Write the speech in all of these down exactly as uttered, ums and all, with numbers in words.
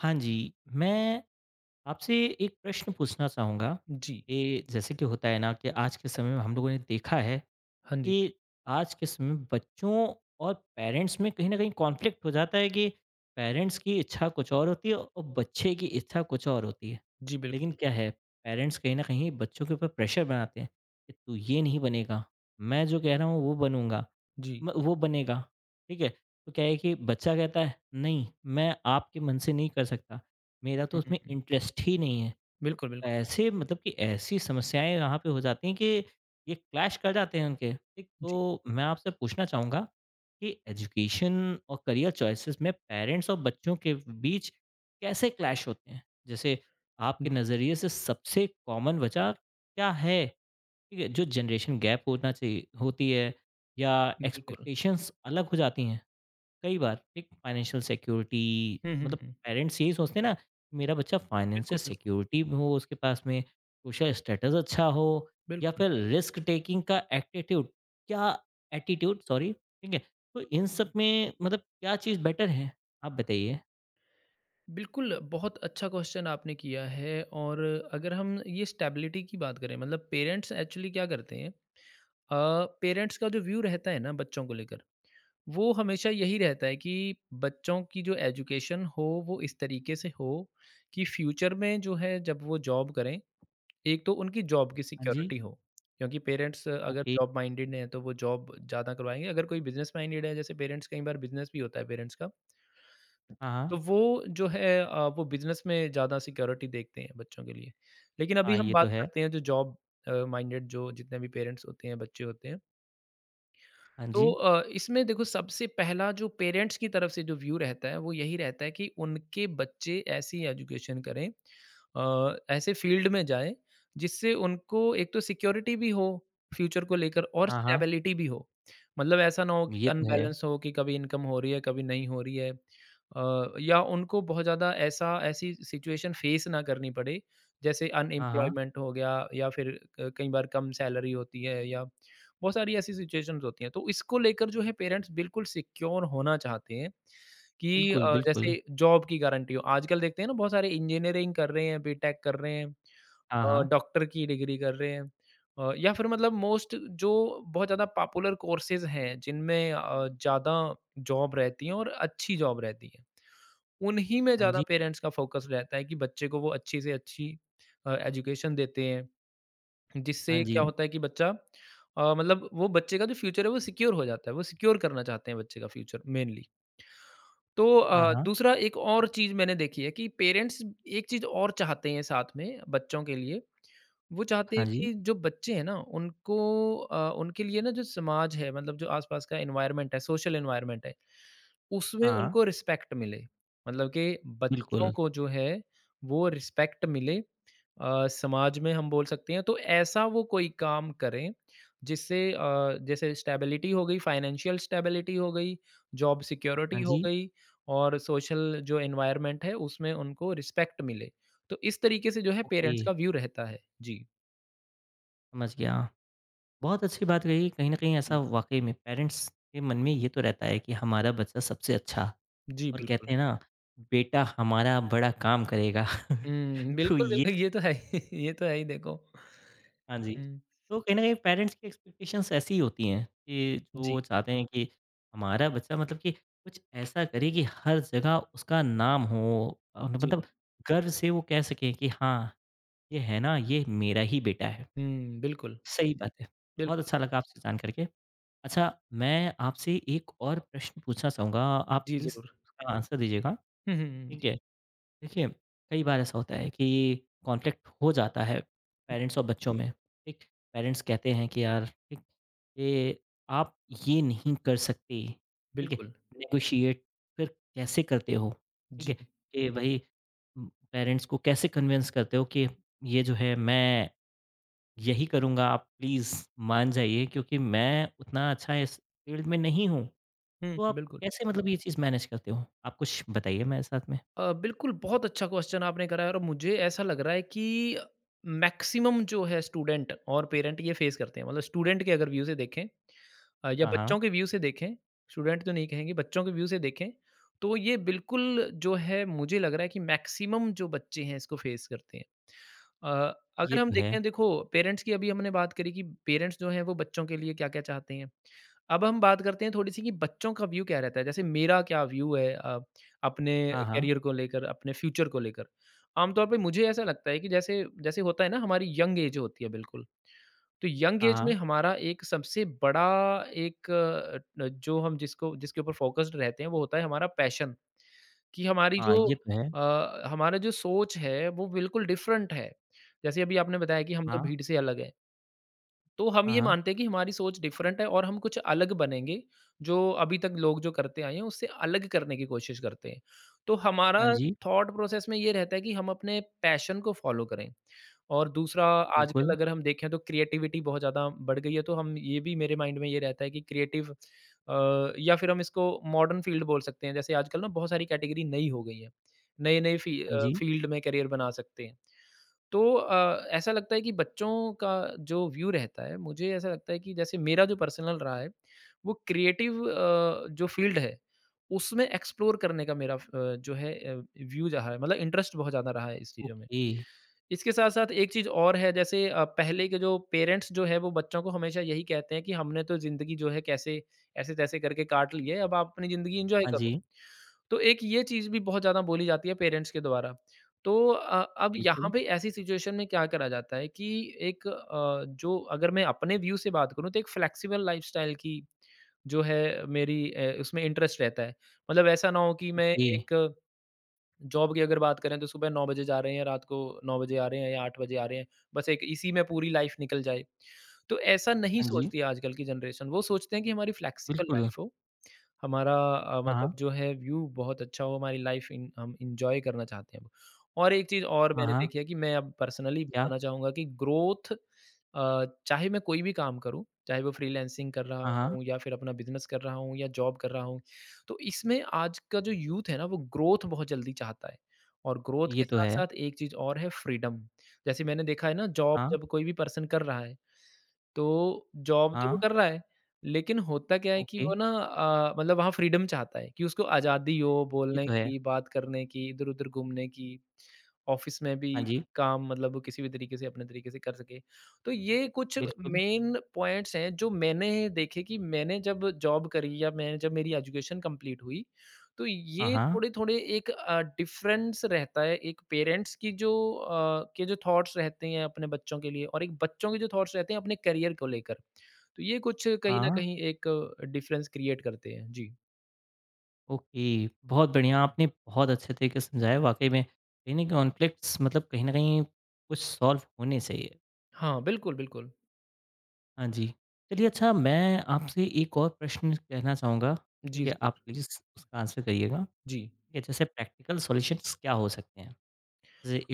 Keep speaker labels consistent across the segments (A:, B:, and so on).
A: हाँ जी, मैं आपसे एक प्रश्न पूछना चाहूँगा
B: जी,
A: कि जैसे कि होता है ना कि आज के समय में हम लोगों ने देखा है
B: हाँ जी।
A: कि आज के समय में बच्चों और पेरेंट्स में कहीं न कहीं कॉन्फ्लिक्ट हो जाता है कि पेरेंट्स की इच्छा कुछ और होती है और बच्चे की इच्छा कुछ और होती है।
B: जी,
A: लेकिन
B: बिल्कुल,
A: क्या है पेरेंट्स कहीं न कहीं बच्चों के ऊपर प्रेशर बनाते हैं कि तू ये नहीं बनेगा, मैं जो कह रहा हूँ वो बनूँगा
B: जी।
A: म वो बनेगा, ठीक है? तो क्या है कि बच्चा कहता है नहीं मैं आपके मन से नहीं कर सकता, मेरा तो
B: हुँ, हुँ,
A: उसमें
B: हुँ।
A: इंटरेस्ट ही नहीं है। तो
B: बिल्कुल, बिल्कुल।
A: कैसे मतलब कि ऐसी समस्याएँ यहाँ पे हो जाती हैं कि ये क्लैश कर जाते हैं उनके, ठीक?
B: जी,
A: तो मैं आपसे पूछना चाहूँगा कि एजुकेशन और करियर चॉइसेस में पेरेंट्स और बच्चों के बीच कैसे क्लैश होते हैं? जैसे आपके
B: जी,
A: नज़रिए से सबसे कॉमन वजह क्या है? ठीक है, जो जनरेशन गैप होना चाहिए होती है या
B: बिल्कुल।
A: एक्सपेक्टेशंस अलग हो जाती हैं? कई बार एक फाइनेंशियल सिक्योरिटी
B: हुँ, हुँ,
A: मतलब
B: हुँ।
A: पेरेंट्स यही सोचते हैं ना कि मेरा बच्चा
B: बिल्कुल,
A: फाइनेंशियल
B: बिल्कुल,
A: सिक्योरिटी हो उसके पास में सोशल स्टेटस अच्छा हो या
B: बिल्कुल।
A: फिर रिस्क टेकिंग का एटीट्यूड क्या एटीट्यूड सॉरी ठीक है तो इन सब में मतलब क्या चीज़ बेटर है आप बताइए।
B: बिल्कुल, बहुत अच्छा क्वेश्चन आपने किया है और अगर हम ये स्टेबिलिटी की बात करें मतलब पेरेंट्स एक्चुअली क्या करते हैं। अ, पेरेंट्स का जो व्यू रहता है ना बच्चों को लेकर वो हमेशा यही रहता है कि बच्चों की जो एजुकेशन हो वो इस तरीके से हो कि फ्यूचर में जो है जब वो जॉब करें एक तो उनकी जॉब की
A: हाँ जी।
B: सिक्योरिटी हो। क्योंकि पेरेंट्स अगर
A: ओके।
B: जॉब माइंडेड हैं तो वो जॉब ज़्यादा करवाएंगे, अगर कोई बिजनेस माइंडेड है जैसे पेरेंट्स कई बार बिजनेस भी होता है पेरेंट्स का,
A: हाँ हाँ।
B: तो वो जो है अ, वो बिजनेस में ज़्यादा सिक्योरिटी देखते हैं बच्चों के लिए। लेकिन अभी
A: हाँ।
B: हम
A: ये तो
B: बात
A: है।
B: करते हैं जो जॉब माइंडेड जो जितने भी पेरेंट्स होते हैं बच्चे होते हैं।
A: हाँ
B: तो
A: जी।
B: अ, इसमें देखो सबसे पहला जो पेरेंट्स की तरफ से जो व्यू रहता है वो यही रहता है कि उनके बच्चे ऐसी एजुकेशन करें, अ, ऐसे फील्ड में जाएं जिससे उनको एक तो सिक्योरिटी भी हो फ्यूचर को लेकर और
A: हाँ हाँ।
B: स्टेबिलिटी भी हो। मतलब ऐसा ना हो कि
A: ये तो है।
B: अनबैलेंस हो कि कभी इनकम हो रही है कभी नहीं हो रही है, अ, या उनको बहुत ज़्यादा ऐसा ऐसी सिचुएशन फेस ना करनी पड़े जैसे
A: हाँ हाँ।
B: अनएम्प्लॉयमेंट हो गया या फिर अ, कई बार कम सैलरी होती है या बहुत सारी ऐसी सिचुएशंस होती हैं। तो इसको लेकर जो है पेरेंट्स बिल्कुल सिक्योर होना चाहते हैं कि
A: बिल्कुल
B: अ,
A: बिल्कुल।
B: जैसे जॉब की गारंटी हो। आजकल देखते हैं ना बहुत सारे इंजीनियरिंग कर रहे हैं, बीटेक कर रहे हैं,
A: हाँ
B: अ,
A: हाँ।
B: डॉक्टर की डिग्री कर रहे हैं, अ, या फिर मतलब मोस्ट जो बहुत ज़्यादा पॉपुलर कोर्सेज़ हैं जिनमें अ, ज़्यादा जॉब रहती है और अच्छी जॉब रहती है। उन्हीं में
A: हाँ
B: ज़्यादा
A: जी।
B: पेरेंट्स का फ़ोकस रहता है कि बच्चे को वो अच्छी से अच्छी अ, एजुकेशन देते हैं।
A: हाँ
B: जिससे
A: जी।
B: क्या होता है कि बच्चा अ, मतलब वो बच्चे का जो फ्यूचर है वो सिक्योर हो जाता है, वो सिक्योर करना चाहते हैं बच्चे का फ्यूचर मेनली। तो
A: हाँ
B: अ,
A: हाँ।
B: दूसरा एक और चीज़ मैंने देखी है कि पेरेंट्स एक चीज़ और चाहते हैं साथ में बच्चों के लिए, वो चाहते
A: हाँ
B: हैं
A: जी।
B: कि जो बच्चे हैं ना उनको अ, उनके लिए ना जो समाज है मतलब जो आस-पास का एनवायरनमेंट है, सोशल एनवायरनमेंट है, उसमें
A: हाँ।
B: उनको रिस्पेक्ट मिले। मतलब कि बच्चों
A: बिल्कुल।
B: को जो है वो रिस्पेक्ट मिले अ, समाज में हम बोल सकते हैं, तो ऐसा वो कोई काम करें जिससे अ, जैसे स्टेबिलिटी हो गई, फाइनेंशियल स्टेबिलिटी हो गई, जॉब
A: हाँ
B: सिक्योरिटी हो
A: जी।
B: गई और सोशल जो एनवायरनमेंट है उसमें उनको रिस्पेक्ट मिले। तो इस तरीके से जो है
A: ओके,
B: पेरेंट्स का व्यू रहता है जी।
A: समझ गया। बहुत अच्छी बात कही। कहीं न कहीं ऐसा
B: जी।
A: वाक़ई में पेरेंट्स के मन में ये तो रहता है कि हमारा बच्चा सबसे अच्छा
B: जी
A: और
B: बिल्कुल।
A: कहते हैं ना, बेटा हमारा बड़ा काम करेगा।
B: हम्म,
A: तो
B: बिल्कुल
A: ये
B: बिल्कुल, ये तो है ही ये तो है ही, देखो।
A: हाँ जी।
B: हम्म।
A: तो कहीं न कहीं पेरेंट्स की एक्सपेक्टेशंस ऐसी ही होती हैं कि जो
B: जी।
A: वो चाहते हैं कि हमारा बच्चा मतलब कि कुछ ऐसा करे कि हर जगह उसका नाम हो अ,
B: जी।
A: मतलब गर्व से वो कह सकें कि हाँ, ये है ना, ये मेरा ही बेटा है।
B: हम्म। बिल्कुल,
A: सही बात है। बहुत
B: बिल्कुल।
A: अच्छा लगा आपसे जान कर के। अच्छा, मैं आपसे एक और प्रश्न पूछना चाहूँगा, आप
B: जी
A: प्लीज़
B: जरूर।
A: उसका आंसर दीजिएगा,
B: हम्म, हम्म,
A: ठीक
B: जी।
A: है? देखिए, कई बार ऐसा होता है कि कॉन्फ्लिक्ट हो जाता है
B: हम्म,
A: पेरेंट्स और बच्चों में, ठीक? पेरेंट्स कहते हैं कि यार, ठीक, ये आप ये नहीं कर सकते, ठीक है?
B: बिल्कुल।
A: नेगोशिएट फिर कैसे करते हो, ठीक
B: जी।
A: है? कि भाई उम, पेरेंट्स को कैसे कन्विंस करते हो कि ये जो है मैं यही करूँगा आप प्लीज़ मान जाइए क्योंकि मैं उतना अच्छा इस फ़ील्ड में नहीं हूँ। तो
B: हम्म।
A: आप
B: बिल्कुल।
A: कैसे मतलब ये चीज़ मैनेज करते हो? आप कुछ बताइए मेरे साथ में?
B: अ, बिल्कुल, बहुत अच्छा क्वेश्चन आपने करा है और मुझे ऐसा लग रहा है कि मैक्सिमम जो है स्टूडेंट और पेरेंट ये फेस करते हैं। मतलब स्टूडेंट के अगर व्यू से देखें, अ, या
A: हाँ, हाँ।
B: बच्चों के व्यू से देखें, स्टूडेंट तो नहीं कहेंगे, बच्चों के व्यू से देखें, तो ये बिल्कुल जो है मुझे लग रहा है कि मैक्सिमम जो बच्चे हैं इसको फेस करते हैं। अ,
A: ये
B: अगर हम
A: तो है।
B: देखें, देखो पेरेंट्स की अभी हमने बात करी कि पेरेंट्स जो हैं वो बच्चों के लिए क्या-क्या चाहते हैं। अब हम बात करते हैं थोड़ी-सी कि बच्चों का व्यू क्या रहता है। जैसे मेरा क्या व्यू है अ, अपने
A: हाँ, हाँ,
B: करियर को लेकर, अपने फ्यूचर को लेकर। आमतौर पे मुझे ऐसा लगता है कि जैसे जैसे होता है ना हमारी यंग एज होती है बिल्कुल, तो यंग
A: हाँ,
B: एज में
A: हाँ,
B: हमारा एक सबसे बड़ा एक अ, न जो हम जिसको जिसके ऊपर फ़ोकस्ड रहते हैं वो होता है हमारा पैशन, कि हमारी
A: हाँ।
B: जो
A: ये तो है।
B: अ, हमारा जो सोच है वो बिल्कुल डिफ़रेंट है। जैसे अभी आपने बताया कि हम तो
A: हाँ,
B: भीड़ से अलग हैं। तो हम
A: हाँ,
B: ये
A: हाँ।
B: मानते हैं कि हमारी सोच डिफरेंट है और हम कुछ अलग बनेंगे, जो अभी तक लोग जो करते आए हैं, उससे अलग करने की कोशिश करते हैं। तो हमारा
A: हाँ जी,
B: थॉट प्रोसेस में ये रहता है कि हम अपने पैशन को फॉलो करें। और दूसरा, आजकल
A: बिल्कुल।
B: अगर हम देखें तो क्रिएटिविटी बहुत ज़्यादा बढ़ गई है, तो हम ये भी मेरे माइंड में ये रहता है कि क्रिएटिव अ, या फिर हम इसको मॉडर्न फ़ील्ड बोल सकते हैं। जैसे आजकल ना बहुत सारी कैटेगरी नई हो गई है, नए-नए फ़ी
A: हाँ
B: अ,
A: जी।
B: फ़ील्ड में करियर बना सकते हैं। तो अ, ऐसा लगता है कि बच्चों का जो व्यू रहता है, मुझे ऐसा लगता है कि जैसे मेरा जो पर्सनल रहा है, वो क्रिएटिव अ, जो फ़ील्ड है, उसमें एक्सप्लोर करने का मेरा फ अ, जो है अ, व्यू रहा है, मतलब इंटरेस्ट बहुत ज़्यादा रहा है इस चीज़ों में।
A: ओके।
B: इसके साथ-साथ एक चीज़ और है, जैसे अ, पहले के जो पेरेंट्स जो है, वो बच्चों को हमेशा यही कहते हैं कि हमने तो ज़िंदगी जो है कैसे ऐसे-तैसे करके काट ली है, अब आप अपनी ज़िंदगी एन्जॉय
A: हाँ
B: करो।
A: जी,
B: तो एक ये चीज़ भी बहुत ज़्यादा बोली जाती है पेरेंट्स के द्वारा। तो अ, अब यहाँ
A: बिल्कुल।
B: पे ऐसी सिचुएशन में क्या करा जाता है कि एक अ, जो अगर मैं अपने व्यू से बात करूँ तो एक फ्लेक्सिबल लाइफ़स्टाइल की जो है मेरी, अ, उसमें इंटरेस्ट रहता है। मतलब ऐसा ना हो कि मैं
A: ओके।
B: एक जॉब की अगर बात करें तो सुबह नौ बजे जा रहे हैं, रात को नौ बजे आ रहे हैं या आठ बजे आ रहे हैं। बस एक इसी में पूरी लाइफ़ निकल जाए। तो ऐसा नहीं
A: हाँ जी,
B: सोचती है आजकल की जनरेशन। वो सोचते हैं कि हमारी फ्लेक्सिबल
A: बिल्कुल।
B: लाइफ़ हो, हमारा अ,
A: हाँ,
B: मतलब
A: हाँ,
B: जो है व्यू बहुत अच्छा हो, हमारी लाइफ इन हम एन्जॉय करना चाहते हैं। और एक चीज़ और
A: हाँ,
B: मैंने
A: हाँ।
B: देखी है, कि मैं अब पर्सनली
A: क्या?
B: बताना चाहूँगा कि ग्रोथ, अ, चाहे मैं कोई भी काम करूँ, चाहे वो फ्रीलांसिंग कर रहा
A: हाँ, हाँ।
B: हूँ या फिर अपना बिज़नेस कर रहा हूँ या जॉब कर रहा हूँ, तो इसमें आज का जो यूथ है ना, वो ग्रोथ बहुत जल्दी चाहता है। और ग्रोथ
A: ये
B: के
A: तो है।
B: साथ-साथ एक चीज़ और है, फ्रीडम। जैसे मैंने देखा है ना, जॉब
A: हाँ,
B: जब कोई भी पर्सन कर रहा है, तो जॉब तो वो
A: हाँ।
B: कर रहा है, लेकिन होता क्या है कि
A: ओके।
B: वो ना अ, मतलब वहाँ फ्रीडम चाहता है कि उसको आज़ादी हो
A: ये
B: बोलने
A: तो है।
B: की, बात करने की, इधर-उधर घूमने की, ऑफ़िस में भी
A: हाँ जी,
B: काम, मतलब वो किसी भी तरीके से अपने तरीके से कर सके। तो ये कुछ
A: बिल्कुल।
B: मेन पॉइंट्स हैं जो मैंने देखे कि मैंने जब जॉब करी या मैं जब मेरी एजुकेशन कंप्लीट हुई, तो
A: हाँ,
B: ये
A: हाँ,
B: थोड़े-थोड़े एक अ, डिफ़रेंस रहता है, एक पेरेंट्स की जो अ, के जो थॉट्स रहते हैं अपने बच्चों के लिए और एक बच्चों के जो थॉट्स रहते हैं अपने करियर को लेकर। तो ये कुछ कहीं न
A: हाँ।
B: कहीं एक डिफ़रेंस क्रिएट करते हैं। जी।
A: ओके, बहुत बढ़िया, आपने बहुत अच्छे तरीके से समझाया वाक़ई में, कहीं न कॉन्फ्लिक्ट्स मतलब कहीं न कहीं कुछ सॉल्व होने चाहिए।
B: हाँ, बिल्कुल, बिल्कुल।
A: हाँ जी, चलिए अच्छा मैं आपसे एक और प्रश्न कहना चाहूँगा, ठीक
B: जी,
A: है?
B: ज़रूर।
A: आप प्लीज़ उसका आंसर करिएगा, ठीक
B: जी।
A: है? जैसे प्रैक्टिकल सॉल्यूशंस क्या हो सकते हैं?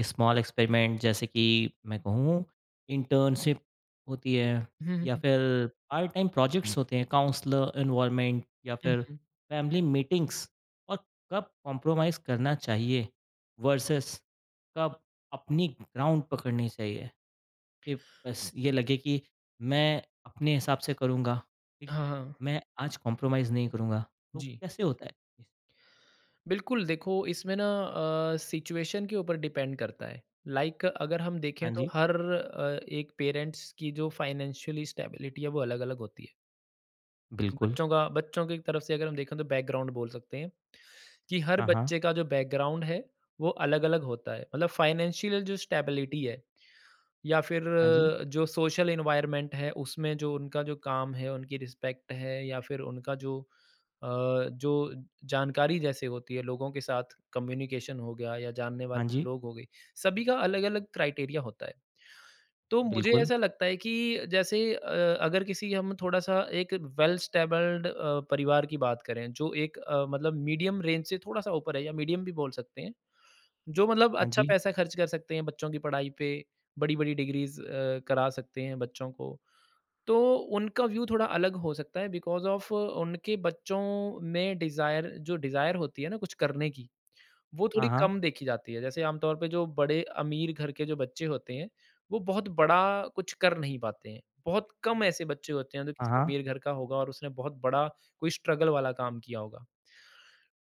A: स्मॉल एक्सपेरिमेंट जैसे कि मैं कहूँ इंटर्नशिप होती है
B: हुँ, हुँ,
A: या
B: हुँ।
A: फिर पार्ट टाइम प्रोजेक्ट्स होते हैं काउंसलर इन्वॉल्वमेंट या
B: हुँ,
A: फिर
B: हुँ।
A: फैमिली मीटिंग्स और कब कॉम्प्रोमाइज़ करना चाहिए वर्सेस कब अपनी ग्राउंड पकड़नी चाहिए कि बस ये लगे कि मैं अपने हिसाब से करूँगा ठीक
B: हाँ, हाँ।
A: मैं आज कॉम्प्रोमाइज़ नहीं करूँगा तो
B: जी।
A: कैसे होता है।
B: बिल्कुल, देखो इसमें ना अ, सिचुएशन के ऊपर डिपेंड करता है। लाइक अगर हम देखें
A: हाँ
B: तो
A: जी,
B: हर अ, एक पेरेंट्स की जो फ़ाइनेंशियली स्टेबिलिटी है वो अलग-अलग होती है।
A: बिल्कुल।
B: बच्चों का बच्चों की तरफ से अगर हम देखें तो बैकग्राउंड बोल सकते हैं कि हर
A: हाँ हाँ।
B: बच्चे का जो बैकग्राउंड है वो अलग-अलग होता है। मतलब फाइनेंशियल जो स्टेबिलिटी है या फिर
A: हाँ जी।
B: अ, जो सोशल एनवायरनमेंट है उसमें जो उनका जो काम है, उनकी रिस्पेक्ट है या फिर उनका जो अ, जो जानकारी जैसे होती है लोगों के साथ, कम्युनिकेशन हो गया या जानने
A: हाँ
B: वाले
A: जी,
B: लोग हो गए, सभी का अलग-अलग क्राइटेरिया होता है। तो मुझे
A: बिल्कुल।
B: ऐसा लगता है कि जैसे अ, अगर किसी हम थोड़ा-सा एक वेल स्टेबल्ड अ, परिवार की बात करें, जो एक अ, मतलब मीडियम रेंज से थोड़ा-सा ऊपर है या मीडियम भी बोल सकते हैं, जो मतलब
A: हाँ
B: अच्छा
A: जी।
B: पैसा खर्च कर सकते हैं बच्चों की पढ़ाई पे, बड़ी-बड़ी डिग्रीज़ अ, करा सकते हैं बच्चों को, तो उनका व्यू थोड़ा अलग हो सकता है बिकॉज़ ऑफ़ उनके बच्चों में डिज़ायर जो डिज़ायर होती है ना कुछ करने की, वो थोड़ी
A: हाँ, हाँ।
B: कम देखी जाती है। जैसे आमतौर पे जो बड़े अमीर घर के जो बच्चे होते हैं, वो बहुत बड़ा कुछ कर नहीं पाते हैं। बहुत कम ऐसे बच्चे होते हैं जो
A: हाँ,
B: किसी
A: हाँ।
B: अमीर घर का होगा और उसने बहुत बड़ा कोई स्ट्रगल वाला काम किया होगा।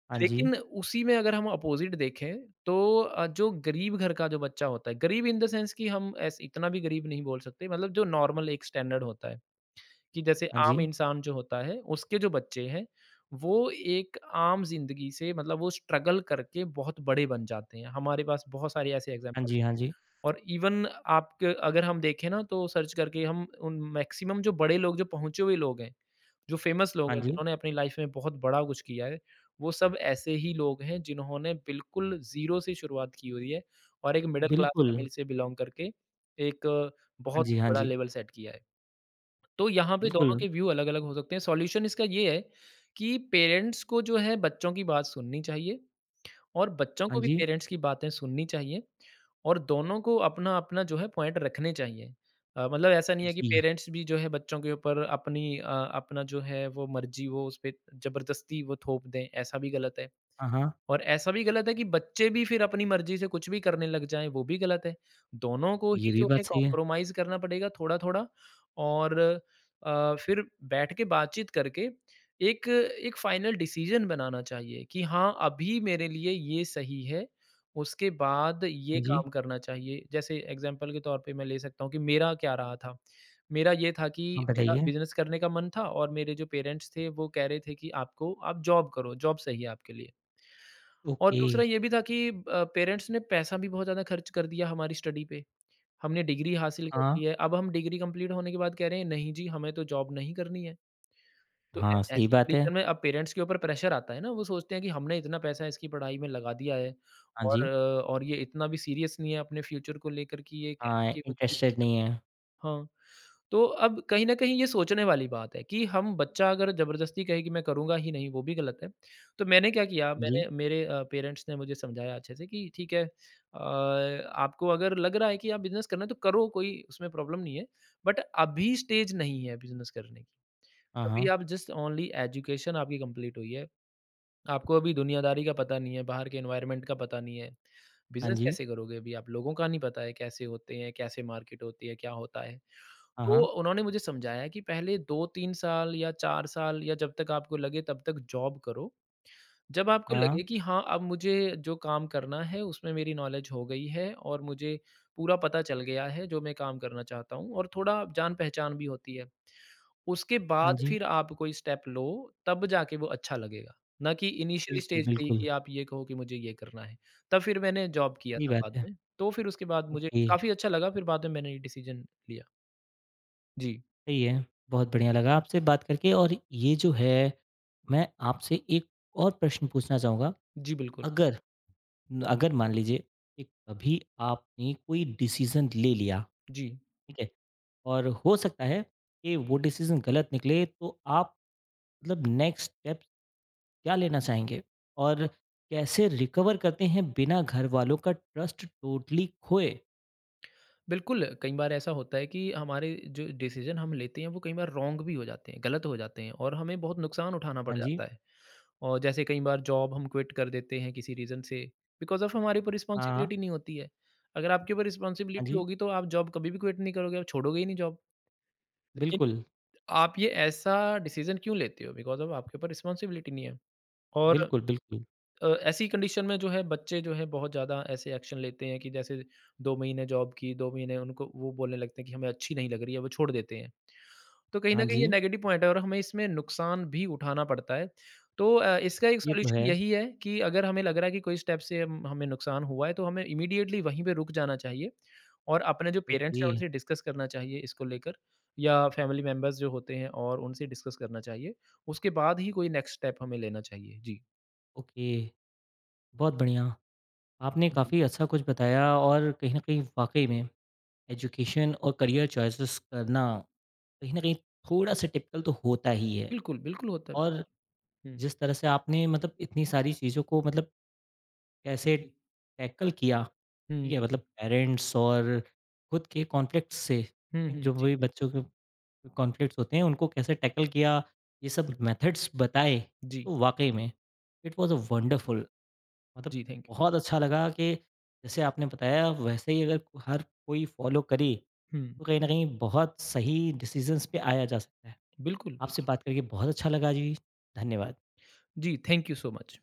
A: हाँ जी,
B: लेकिन उसी में अगर हम अपोज़िट देखें तो अ, जो गरीब घर का जो बच्चा होता है, गरीब इन द सेंस कि हम ऐसे इतना भी गरीब नहीं बोल सकते, मतलब जो नॉर्मल एक स्टैंडर्ड होता है। कि जैसे
A: हाँ जी,
B: आम इंसान जो होता है, उसके जो बच्चे हैं, वो एक आम ज़िंदगी से मतलब वो स्ट्रगल करके बहुत बड़े बन जाते हैं। हमारे पास बहुत सारे ऐसे
A: हाँ
B: एग्ज़ाम्पल
A: जी, हाँ
B: हैं
A: जी,
B: और इवन आपके अगर हम देखें ना तो सर्च करके हम उन मैक्सिमम जो बड़े लोग जो पहुँचे हुए लोग हैं, जो फ़ेमस लोग
A: हाँ
B: हैं,
A: जी।
B: जिन्होंने अपनी लाइफ़ में बहुत बड़ा कुछ किया है, वो सब ऐसे ही लोग हैं जिन्होंने बिल्कुल ज़ीरो से शुरुआत की हुई है और एक मिडल क्लास
A: बिल्कुल,
B: फैमिली से बिलॉन्ग करके एक
A: हाँ
B: बहुत
A: जी,
B: ही
A: हाँ
B: बड़ा
A: जी,
B: लेवल सेट किया है। तो यहाँ पे
A: बिल्कुल,
B: दोनों के व्यू अलग-अलग हो सकते हैं। सॉल्यूशन इसका ये है कि पेरेंट्स को जो है बच्चों की बात सुननी चाहिए और बच्चों
A: हाँ
B: को भी
A: जी,
B: पेरेंट्स की बातें सुननी चाहिए और दोनों को अपना-अपना जो है पॉइंट रखने चाहिए। अ, मतलब ऐसा नहीं है कि
A: जी।
B: पेरेंट्स भी जो है बच्चों के ऊपर अपनी अ, अपना जो है वो मर्ज़ी वो उस पे ज़बरदस्ती वो थोप दें, ऐसा भी गलत है।
A: हाँ, हाँ,
B: और ऐसा भी गलत है कि बच्चे भी फिर अपनी मर्ज़ी से कुछ भी करने लग जाएँ, वो भी गलत है। दोनों को
A: ये
B: ही
A: भी
B: जो
A: बात
B: है
A: सही है।
B: कॉम्प्रोमाइज़ करना पड़ेगा थोड़ा-थोड़ा और अ, फिर बैठ के बातचीत करके एक एक फ़ाइनल डिसीज़न बनाना चाहिए कि हाँ, अभी मेरे लिए ये सही है, उसके बाद ये
A: हाँ जी,
B: काम करना चाहिए। जैसे एग्ज़ाम्पल के तौर पे मैं ले सकता हूँ कि मेरा क्या रहा था? मेरा ये था कि
A: हाँ
B: मेरा
A: बताइए।
B: बिज़नेस करने का मन था और मेरे जो पेरेंट्स थे, वो कह रहे थे कि आपको आप जॉब करो, जॉब सही है आपके लिए। और
A: ओके,
B: दूसरा ये भी था कि अ, पेरेंट्स ने पैसा भी बहुत ज़्यादा खर्च कर दिया हमारी स्टडी पे। हमने डिग्री हासिल कर
A: हाँ,
B: ली है, अब हम डिग्री कंप्लीट होने के बाद कह रहे हैं, "नहीं जी, हमें तो जॉब नहीं करनी है।" तो ऐ
A: हाँ, सही
B: ऐसी
A: बात है।
B: कंडीशन में अब पेरेंट्स के ऊपर प्रेशर आता है ना, वो सोचते हैं कि हमने इतना पैसा इसकी पढ़ाई में लगा दिया है
A: हाँ
B: और
A: जी,
B: अ, और ये इतना भी सीरियस नहीं है अपने फ्यूचर को लेकर कि ये कह रहा है
A: हाँ,
B: कि मुझे business
A: इंटरेस्टेड
B: करना
A: नहीं
B: है।
A: है।
B: हाँ, तो अब कहीं न कहीं ये सोचने वाली बात है कि हम बच्चा अगर ज़बरदस्ती कहे कि मैं करूँगा ही नहीं, वो भी गलत है। तो मैंने क्या किया,
A: हाँ जी,
B: मैंने मेरे अ, पेरेंट्स ने मुझे समझाया अच्छे से कि ठीक है, अ, आपको अगर लग रहा है कि आप बिज़नेस करना है तो करो, कोई उसमें प्रॉब्लम नहीं है। बट अभी स्टेज नहीं है बिज़नेस करने की।
A: हाँ,
B: अभी
A: हाँ,
B: आप जस्ट ओनली एजुकेशन आपकी कंप्लीट हुई है। आपको अभी दुनियादारी का पता नहीं है, बाहर के एनवायरनमेंट का पता नहीं है।
A: हाँ
B: बिज़नेस
A: जी,
B: कैसे करोगे अभी आप? लोगों का नहीं पता है कैसे होते हैं, कैसे मार्केट होती है, क्या होता है।
A: हाँ,
B: तो
A: हाँ,
B: उन्होंने मुझे समझाया कि पहले दो तीन साल या चार साल या जब तक आपको लगे तब तक जॉब करो। जब आपको
A: हाँ,
B: लगे कि हाँ, अब मुझे जो काम करना है उसमें मेरी नॉलेज हो गई है और मुझे पूरा पता चल गया है जो मैं काम करना चाहता हूँ और थोड़ा जान-पहचान भी होती है। उसके
A: हाँ
B: बाद
A: जी,
B: फिर आप कोई स्टेप लो, तब जाके वो अच्छा लगेगा। ना कि इनिशियल
A: बिल्कुल,
B: स्टेज पे ही
A: बिल्कुल,
B: कि आप ये कहो कि मुझे ये करना है। तब फिर मैंने जॉब किया
A: सही
B: था
A: बात
B: बाद
A: है।
B: में। तो फिर उसके बाद मुझे
A: ओके,
B: काफ़ी अच्छा लगा, फिर बाद में मैंने ये डिसीजन लिया। जी।
A: सही है, बहुत बढ़िया लगा आपसे बात करके और ये जो है, मैं आपसे एक और प्रश्न पूछना चाहूँगा,
B: जी, बिल्कुल।
A: अगर अगर मान लीजिए कि कभी आपने कोई डिसीजन ले लिया,
B: जी,
A: ठीक है? और हो सकता है कि वो डिसीजन गलत निकले तो आप मतलब नेक्स्ट स्टेप क्या लेना चाहेंगे? और कैसे रिकवर करते हैं बिना घरवालों का ट्रस्ट टोटली खोए?
B: बिल्कुल, कई बार ऐसा होता है कि हमारे जो डिसीज़न हम लेते हैं, वो कई बार रॉन्ग भी हो जाते हैं, गलत हो जाते हैं और हमें बहुत नुकसान उठाना पड़
A: हाँ जी,
B: जाता है। और जैसे कई बार जॉब हम क्विट कर देते हैं किसी रीज़न से, बिकॉज़ ऑफ़ हमारे ऊपर
A: हाँ, हाँ,
B: रिस्पॉन्सिबिलिटी नहीं होती है। अगर आपके ऊपर
A: हाँ
B: रिस्पॉन्सिबिलिटी
A: जी,
B: होगी, तो आप जॉब कभी भी क्विट नहीं करोगे, आप छोड़ोगे ही नहीं जॉब। लेकिन
A: बिल्कुल,
B: आप ये ऐसा डिसीज़न क्यों लेते हो? बिकॉज़ ऑफ़ आपके ऊपर रिस्पॉन्सिबिलिटी नहीं है और
A: बिल्कुल, बिल्कुल।
B: अ, ऐसी कंडीशन में जो है बच्चे जो है बहुत ज़्यादा ऐसे एक्शन लेते हैं कि जैसे दो महीने जॉब की, दो महीने उनको वो बोलने लगते हैं कि हमें अच्छी नहीं लग रही है, वो छोड़ देते हैं। तो कहीं
A: हाँ
B: न कहीं ये
A: जी,
B: नेगेटिव पॉइंट है और हमें इसमें नुकसान भी उठाना पड़ता है। तो अ, इसका एक
A: ये तो है।
B: सॉल्यूशन यही है कि अगर हमें लग रहा है कि कोई स्टेप से हम हमें नुकसान हुआ है तो हमें इमीडिएटली वहीं पे रुक जाना चाहिए और अपने जो पेरेंट्स
A: ओके,
B: हैं उनसे डिस्कस करना चाहिए इसको लेकर, या फैमिली मेंबर्स जो होते हैं और उनसे डिस्कस करना चाहिए। उसके बाद ही कोई नेक्स्ट स्टेप हमें लेना चाहिए। जी,
A: ओके, बहुत बढ़िया। आपने
B: जी।
A: काफ़ी अच्छा कुछ बताया और कहीं न कहीं वाक़ई में एजुकेशन और करियर चॉइसेस करना कहीं न कहीं थोड़ा-सा टिपिकल तो होता ही है।
B: बिल्कुल, बिल्कुल होता
A: और
B: है। हुँ।
A: जिस तरह से आपने मतलब इतनी सारी चीज़ों को मतलब कैसे
B: जी।
A: टैकल किया, ठीक
B: हुँ,
A: है? मतलब
B: जी।
A: पेरेंट्स और खुद के कॉन्फ्लिक्ट्स से,
B: हुँ,
A: ठीक,
B: हुँ।
A: जो
B: जी,
A: भी बच्चों के कॉन्फ्लिक्ट्स होते हैं उनको कैसे टैकल किया, ये सब मेथड्स बताए,
B: जी,
A: तो वाक़ई में इट वाज़ अ वंडरफुल मतलब
B: जी, थैंक यू।
A: बहुत अच्छा लगा कि जैसे आपने बताया वैसे ही अगर हर कोई फ़ॉलो करे,
B: हुँ,
A: तो कहीं न कहीं बहुत सही डिसीज़न्स पे आया जा सकता है।
B: बिल्कुल,
A: आपसे
B: बिल्कुल।
A: बात करके बहुत अच्छा लगा जी। धन्यवाद।
B: जी, थैंक यू सो मच।